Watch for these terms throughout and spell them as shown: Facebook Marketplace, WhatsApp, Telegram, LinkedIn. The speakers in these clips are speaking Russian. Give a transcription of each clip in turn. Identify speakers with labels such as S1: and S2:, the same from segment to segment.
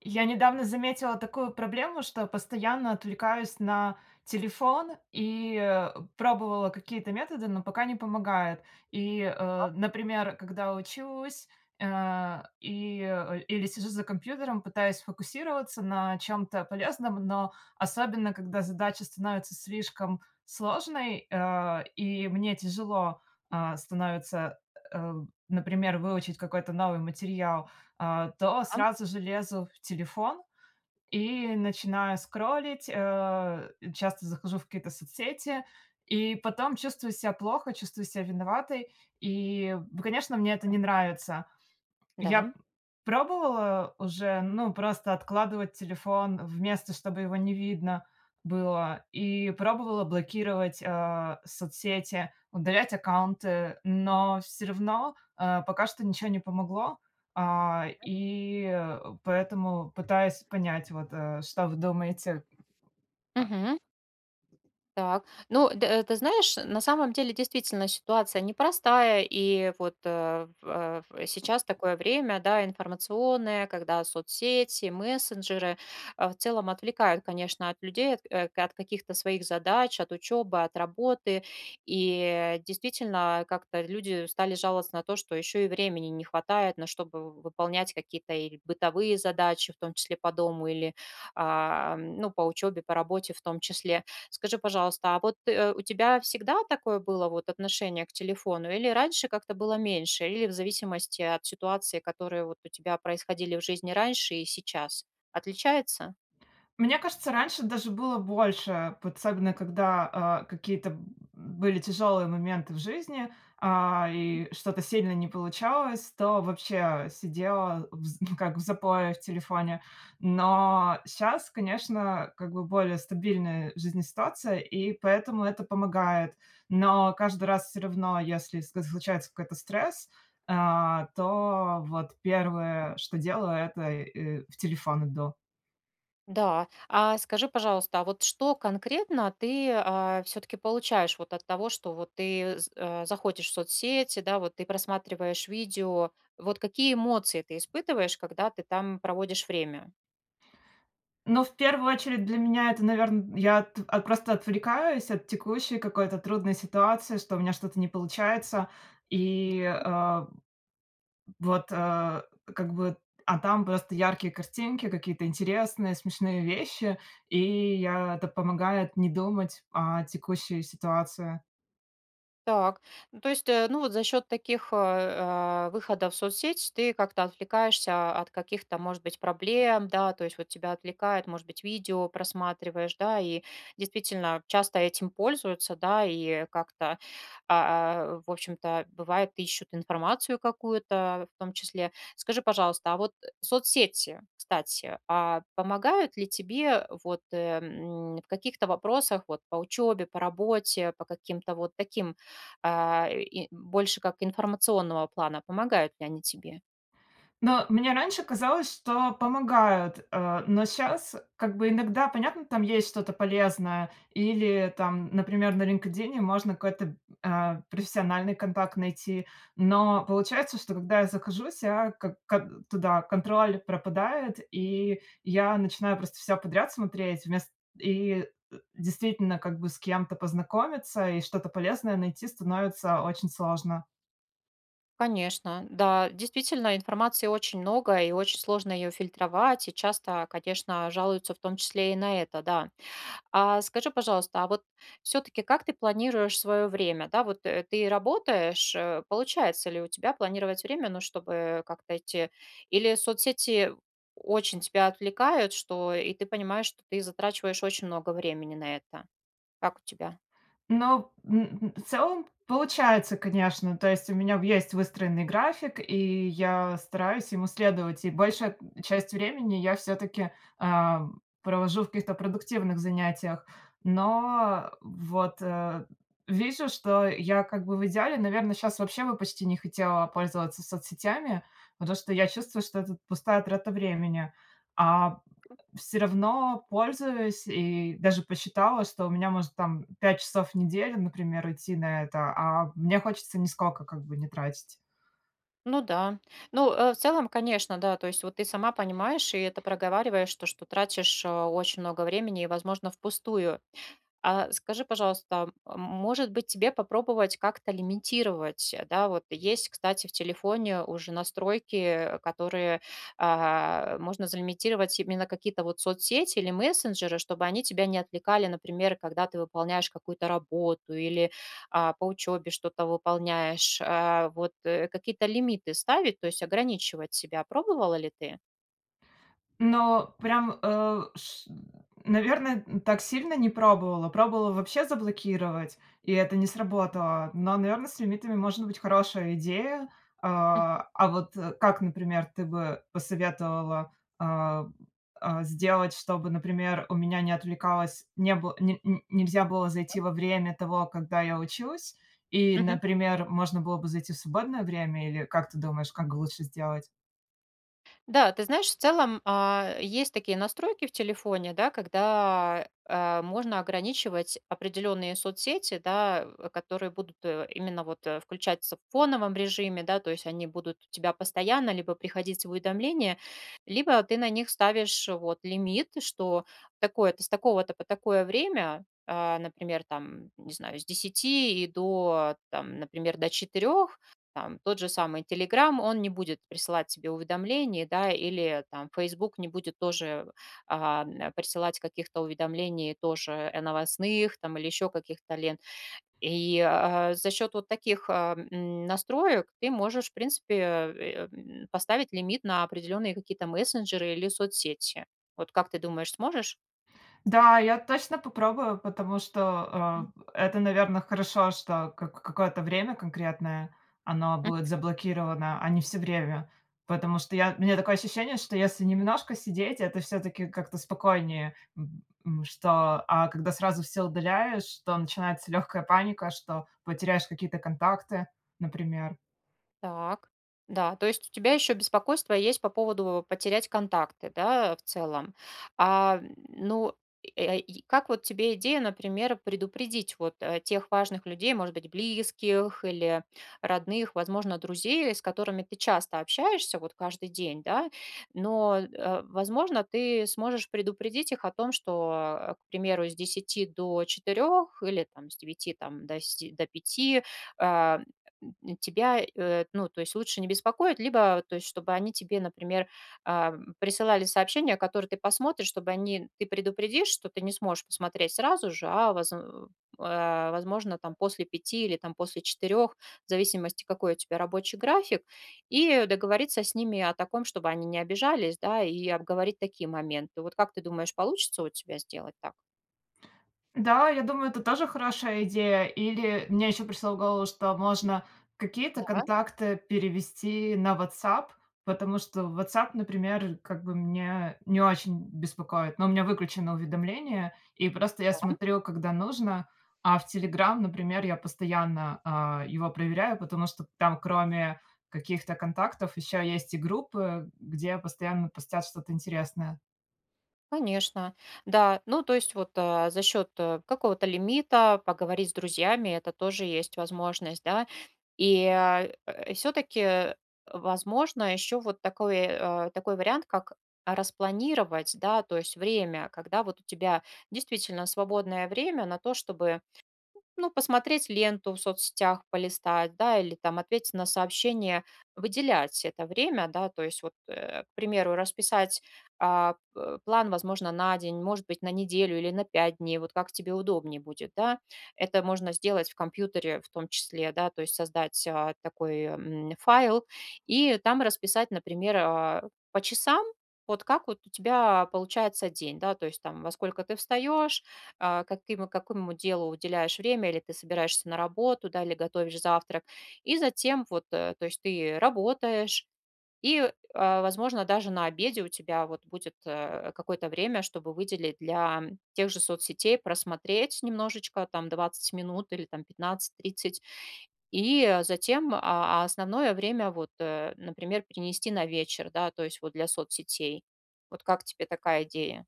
S1: Я недавно заметила такую проблему, что постоянно отвлекаюсь на телефон пробовала какие-то методы, но пока не помогает. Например, когда учусь или сижу за компьютером, пытаюсь фокусироваться на чем-то полезном, но особенно когда задача становится слишком сложной, и мне тяжело становится, э, например, выучить какой-то новый материал, то
S2: Да,
S1: сразу же лезу в телефон и начинаю скроллить, часто захожу в какие-то соцсети, и потом чувствую себя плохо, чувствую себя виноватой. И, конечно, мне это не нравится. Я
S2: да.
S1: пробовала уже, ну, просто откладывать телефон в место, чтобы его не видно было, и пробовала блокировать, соцсети, удалять аккаунты, но все равно, пока что ничего не помогло. Поэтому пытаюсь понять, вот, что вы думаете.
S2: Мгм. Так. Ну, ты знаешь, на самом деле действительно ситуация непростая. И вот, в сейчас такое время, да, информационное, когда соцсети, мессенджеры, в целом отвлекают, конечно, от людей, от, от каких-то своих задач, от учебы, от работы. И действительно, как-то люди стали жаловаться на то, что еще и времени не хватает, на чтобы выполнять какие-то или бытовые задачи, в том числе по дому, или, ну, по учебе, по работе в том числе. Скажи, пожалуйста, а вот, у тебя всегда такое было вот отношение к телефону, или раньше как-то было меньше, или в зависимости от ситуации, которые вот у тебя происходили в жизни раньше и сейчас? Отличается?
S1: Мне кажется, раньше даже было больше, вот особенно когда, а, какие-то б были тяжелые моменты в жизни, и что-то сильно не получалось, то вообще сидела в з ну, как в запое в телефоне. Но сейчас, конечно, как бы более стабильная жизненная ситуация, и поэтому это помогает. Но каждый раз все равно, если ск случается какой-то стресс, то вот первое, что делаю, это, в телефон иду.
S2: Да. А скажи, пожалуйста, а вот что конкретно ты все таки получаешь вот от того, что вот ты заходишь в соцсети, да, вот ты просматриваешь видео? Вот какие эмоции ты испытываешь, когда ты там проводишь время?
S1: Но в первую очередь для меня это, наверное, я от от просто отвлекаюсь от текущей какой-то трудной ситуации, что у меня что-то не получается. И, а, вот, а, как бы, там просто яркие картинки, какие-то интересные, смешные вещи, я это помогает не думать о текущей ситуации.
S2: Так, ну, то есть, ну, вот за счет таких выходов в соцсеть ты как-то отвлекаешься от каких-то, может быть, проблем, да, то есть вот тебя отвлекает, может быть, видео просматриваешь, да, и действительно часто этим пользуются, да, и как-то, в общем-то, бывает, ищут информацию какую-то в том числе. Скажи, пожалуйста, а вот соцсети, кстати, а помогают ли тебе вот в каких-то вопросах, вот по учебе, по работе, по каким-то вот таким и больше как информационного плана. Помогают ли они тебе?
S1: Но мне раньше казалось, что помогают, но сейчас как бы иногда, понятно, там есть что-то полезное или там, например, на "Линкедине" можно какой-то, профессиональный контакт найти, но получается, что когда я захожусь, я как туда контроль пропадает, и я начинаю просто всё подряд смотреть вместо и, Действительно, как бы с кем-то познакомиться и что-то полезное найти становится очень сложно.
S2: Конечно, да, действительно, информации очень много, и очень сложно ее фильтровать, и часто, конечно, жалуются в том числе и на это, да. А скажи, пожалуйста, а вот все-таки как ты планируешь свое время, да, вот ты работаешь, получается ли у тебя планировать время, ну, чтобы как-то идти, или соцсети очень тебя отвлекают, что и ты понимаешь, что ты затрачиваешь очень много времени на это. Как у тебя?
S1: Ну, м, в целом получается, конечно. То есть у меня есть выстроенный график, и я стараюсь ему следовать. И большая часть времени я все-таки провожу в каких-то продуктивных занятиях. Но вижу, что я как бы в идеале, наверное, сейчас вообще бы почти не хотела пользоваться соцсетями, потому что я чувствую, что это пустая трата времени. А все равно пользуюсь и даже посчитала, что у меня может там 5 часов в неделю, например, идти на это, а мне хочется нисколько как бы не тратить.
S2: Ну да. Ну, в целом, конечно, да. То есть вот ты сама понимаешь и это проговариваешь, то, что тратишь очень много времени и, возможно, впустую. А скажи, пожалуйста, может быть, тебе попробовать как-то лимитировать, да, вот есть, кстати, в телефоне уже настройки, которые можно залимитировать именно какие-то вот соцсети или мессенджеры, чтобы они тебя не отвлекали, например, когда ты выполняешь какую-то работу или по учебе что-то выполняешь. Какие-то лимиты ставить, то есть ограничивать себя. Пробовала ли ты?
S1: Но прям, э, ш наверное, так сильно не пробовала. Пробовала вообще заблокировать, и это не сработало. Но, наверное, с лимитами может быть хорошая идея. А вот, как, например, ты бы посоветовала, а, сделать, чтобы, например, у меня не отвлекалось, не бы не не нельзя было зайти во время того, когда я учусь, и,
S2: Мгм.
S1: например, можно было бы зайти в свободное время, или как ты думаешь, как лучше сделать?
S2: Да, ты знаешь, в целом, есть такие настройки в телефоне, да, когда, можно ограничивать определенные соцсети, да, которые будут, именно вот, включаться в фоновом режиме, да, то есть они будут у тебя постоянно либо приходить в уведомления, либо ты на них ставишь вот лимит, что такое-то с такого-то по такое время, а, например, там, не знаю, с десяти и до, там, например, до 4, там тот же самый Telegram, он не будет присылать тебе уведомлений, да, или там Facebook не будет тоже, присылать каких-то уведомлений тоже, новостных там или еще каких-то лент. И за счет вот таких, настроек ты можешь, в принципе, поставить лимит на определенные какие-то мессенджеры или соцсети. Вот как ты думаешь, сможешь?
S1: Да, я точно попробую, потому что, это, наверное, хорошо, что как какое-то время конкретное оно будет заблокировано, а не все время. Потому что я у меня такое ощущение, что если немножко сидеть, это все таки как-то спокойнее, что, а когда сразу все удаляешь, то начинается легкая паника, что потеряешь какие-то контакты, например.
S2: Так, да, то есть у тебя еще беспокойство есть по поводу потерять контакты, да, в целом. А, ну, и как вот тебе идея, например, предупредить вот тех важных людей, может быть, близких или родных, возможно, друзей, с которыми ты часто общаешься, вот каждый день, да, но, возможно, ты сможешь предупредить их о том, что, к примеру, с десяти до 4 или там с девяти там, до, до пяти. э, Тебя, ну, то есть лучше не беспокоить, либо, то есть, чтобы они тебе, например, присылали сообщения, которые ты посмотришь, чтобы они, ты предупредишь, что ты не сможешь посмотреть сразу же, возможно, там после пяти или там после четырех, в зависимости, какой у тебя рабочий график, и договориться с ними о таком, чтобы они не обижались, да, и обговорить такие моменты. Вот как ты думаешь, получится у тебя сделать так?
S1: Да, я думаю, это тоже хорошая идея. Или мне еще пришло в голову, что можно какие-то
S2: Да,
S1: контакты перевести на WhatsApp, потому что WhatsApp, например, как бы меня не очень беспокоит, но у меня выключено уведомление, и просто я смотрю, когда нужно. А в Telegram, например, я постоянно его проверяю, потому что там кроме каких-то контактов еще есть и группы, где постоянно постят что-то интересное.
S2: конечно, да. Ну, то есть вот за счет какого-то лимита поговорить с друзьями, это тоже есть возможность, да. И все-таки, возможно, еще вот такой, такой вариант, как распланировать, да, то есть время, когда вот у тебя действительно свободное время на то, чтобы ну, посмотреть ленту в соцсетях, полистать, да, или там ответить на сообщение, выделять это время, да, то есть вот, к примеру, расписать план, возможно, на день, может быть, на неделю или на пять дней, вот как тебе удобнее будет, да. Это можно сделать в компьютере в том числе, да, то есть создать такой файл и там расписать, например, по часам, вот как вот у тебя получается день, да, то есть там во сколько ты встаешь, какому делу уделяешь время, или ты собираешься на работу, да, или готовишь завтрак. И затем вот, то есть ты работаешь, и возможно, даже на обеде у тебя вот будет какое-то время, чтобы выделить для тех же соцсетей, просмотреть немножечко, там 20 минут или там 15-30, и затем основное время вот, например, перенести на вечер, да, то есть вот для соцсетей. Вот как тебе такая идея?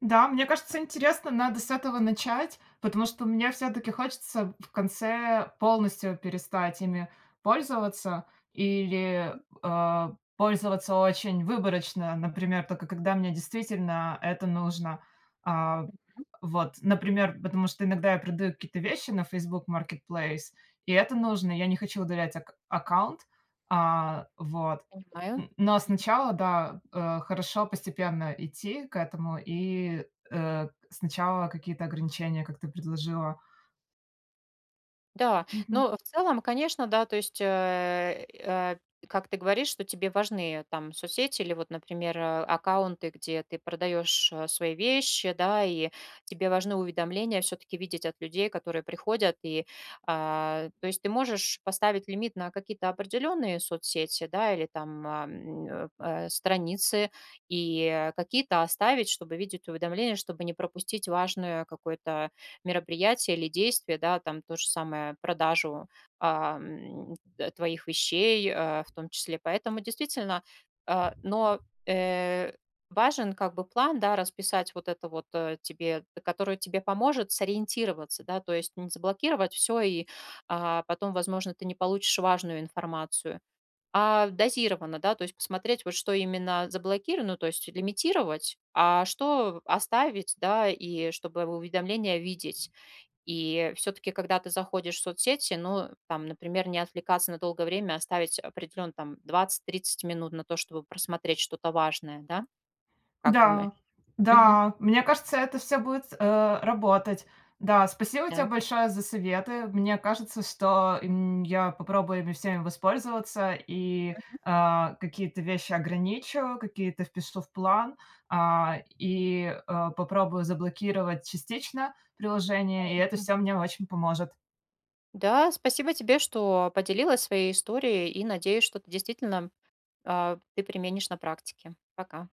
S1: Да, мне кажется, интересно, надо с этого начать, потому что мне все-таки хочется в конце полностью перестать ими пользоваться или пользоваться очень выборочно, например, только когда мне действительно это нужно. А, вот, например, потому что иногда я продаю какие-то вещи на Facebook Marketplace, и это нужно, я не хочу удалять аккаунт, а, вот.
S2: Понимаю.
S1: Н но сначала, да, хорошо постепенно идти к этому и, сначала какие-то ограничения, как ты предложила.
S2: Да, но в целом, конечно, да, то есть, как ты говоришь, что тебе важны там соцсети или вот, например, аккаунты, где ты продаешь свои вещи, да, и тебе важны уведомления все-таки видеть от людей, которые приходят, и то есть ты можешь поставить лимит на какие-то определенные соцсети, да, или там страницы, и какие-то оставить, чтобы видеть уведомления, чтобы не пропустить важную какое-то мероприятие или действие, да, там то же самое продажу, твоих вещей, в том числе. Поэтому действительно, но, э, важен как бы план, да, расписать вот это вот, тебе, который тебе поможет сориентироваться, да, то есть не заблокировать все и потом, возможно, ты не получишь важную информацию, а дозированно, да, то есть посмотреть, вот что именно заблокировано, то есть лимитировать, а что оставить, да, и чтобы уведомления видеть. И все-таки, когда ты заходишь в соцсети, ну, там, например, не отвлекаться на долгое время, а оставить определенно там 20-30 минут на то, чтобы просмотреть что-то важное, да? Как думаешь?
S1: Да,
S2: Мгм.
S1: да, мне кажется, это все будет, работать. Да, спасибо тебе
S2: Да.
S1: большое за советы. Мне кажется, что, я попробую ими всеми воспользоваться и, какие-то вещи ограничу, какие-то впишу в план, попробую заблокировать частично приложение, и это
S2: Мгм.
S1: все мне очень поможет.
S2: Да, спасибо тебе, что поделилась своей историей, и надеюсь, что ты действительно, ты применишь на практике. Пока.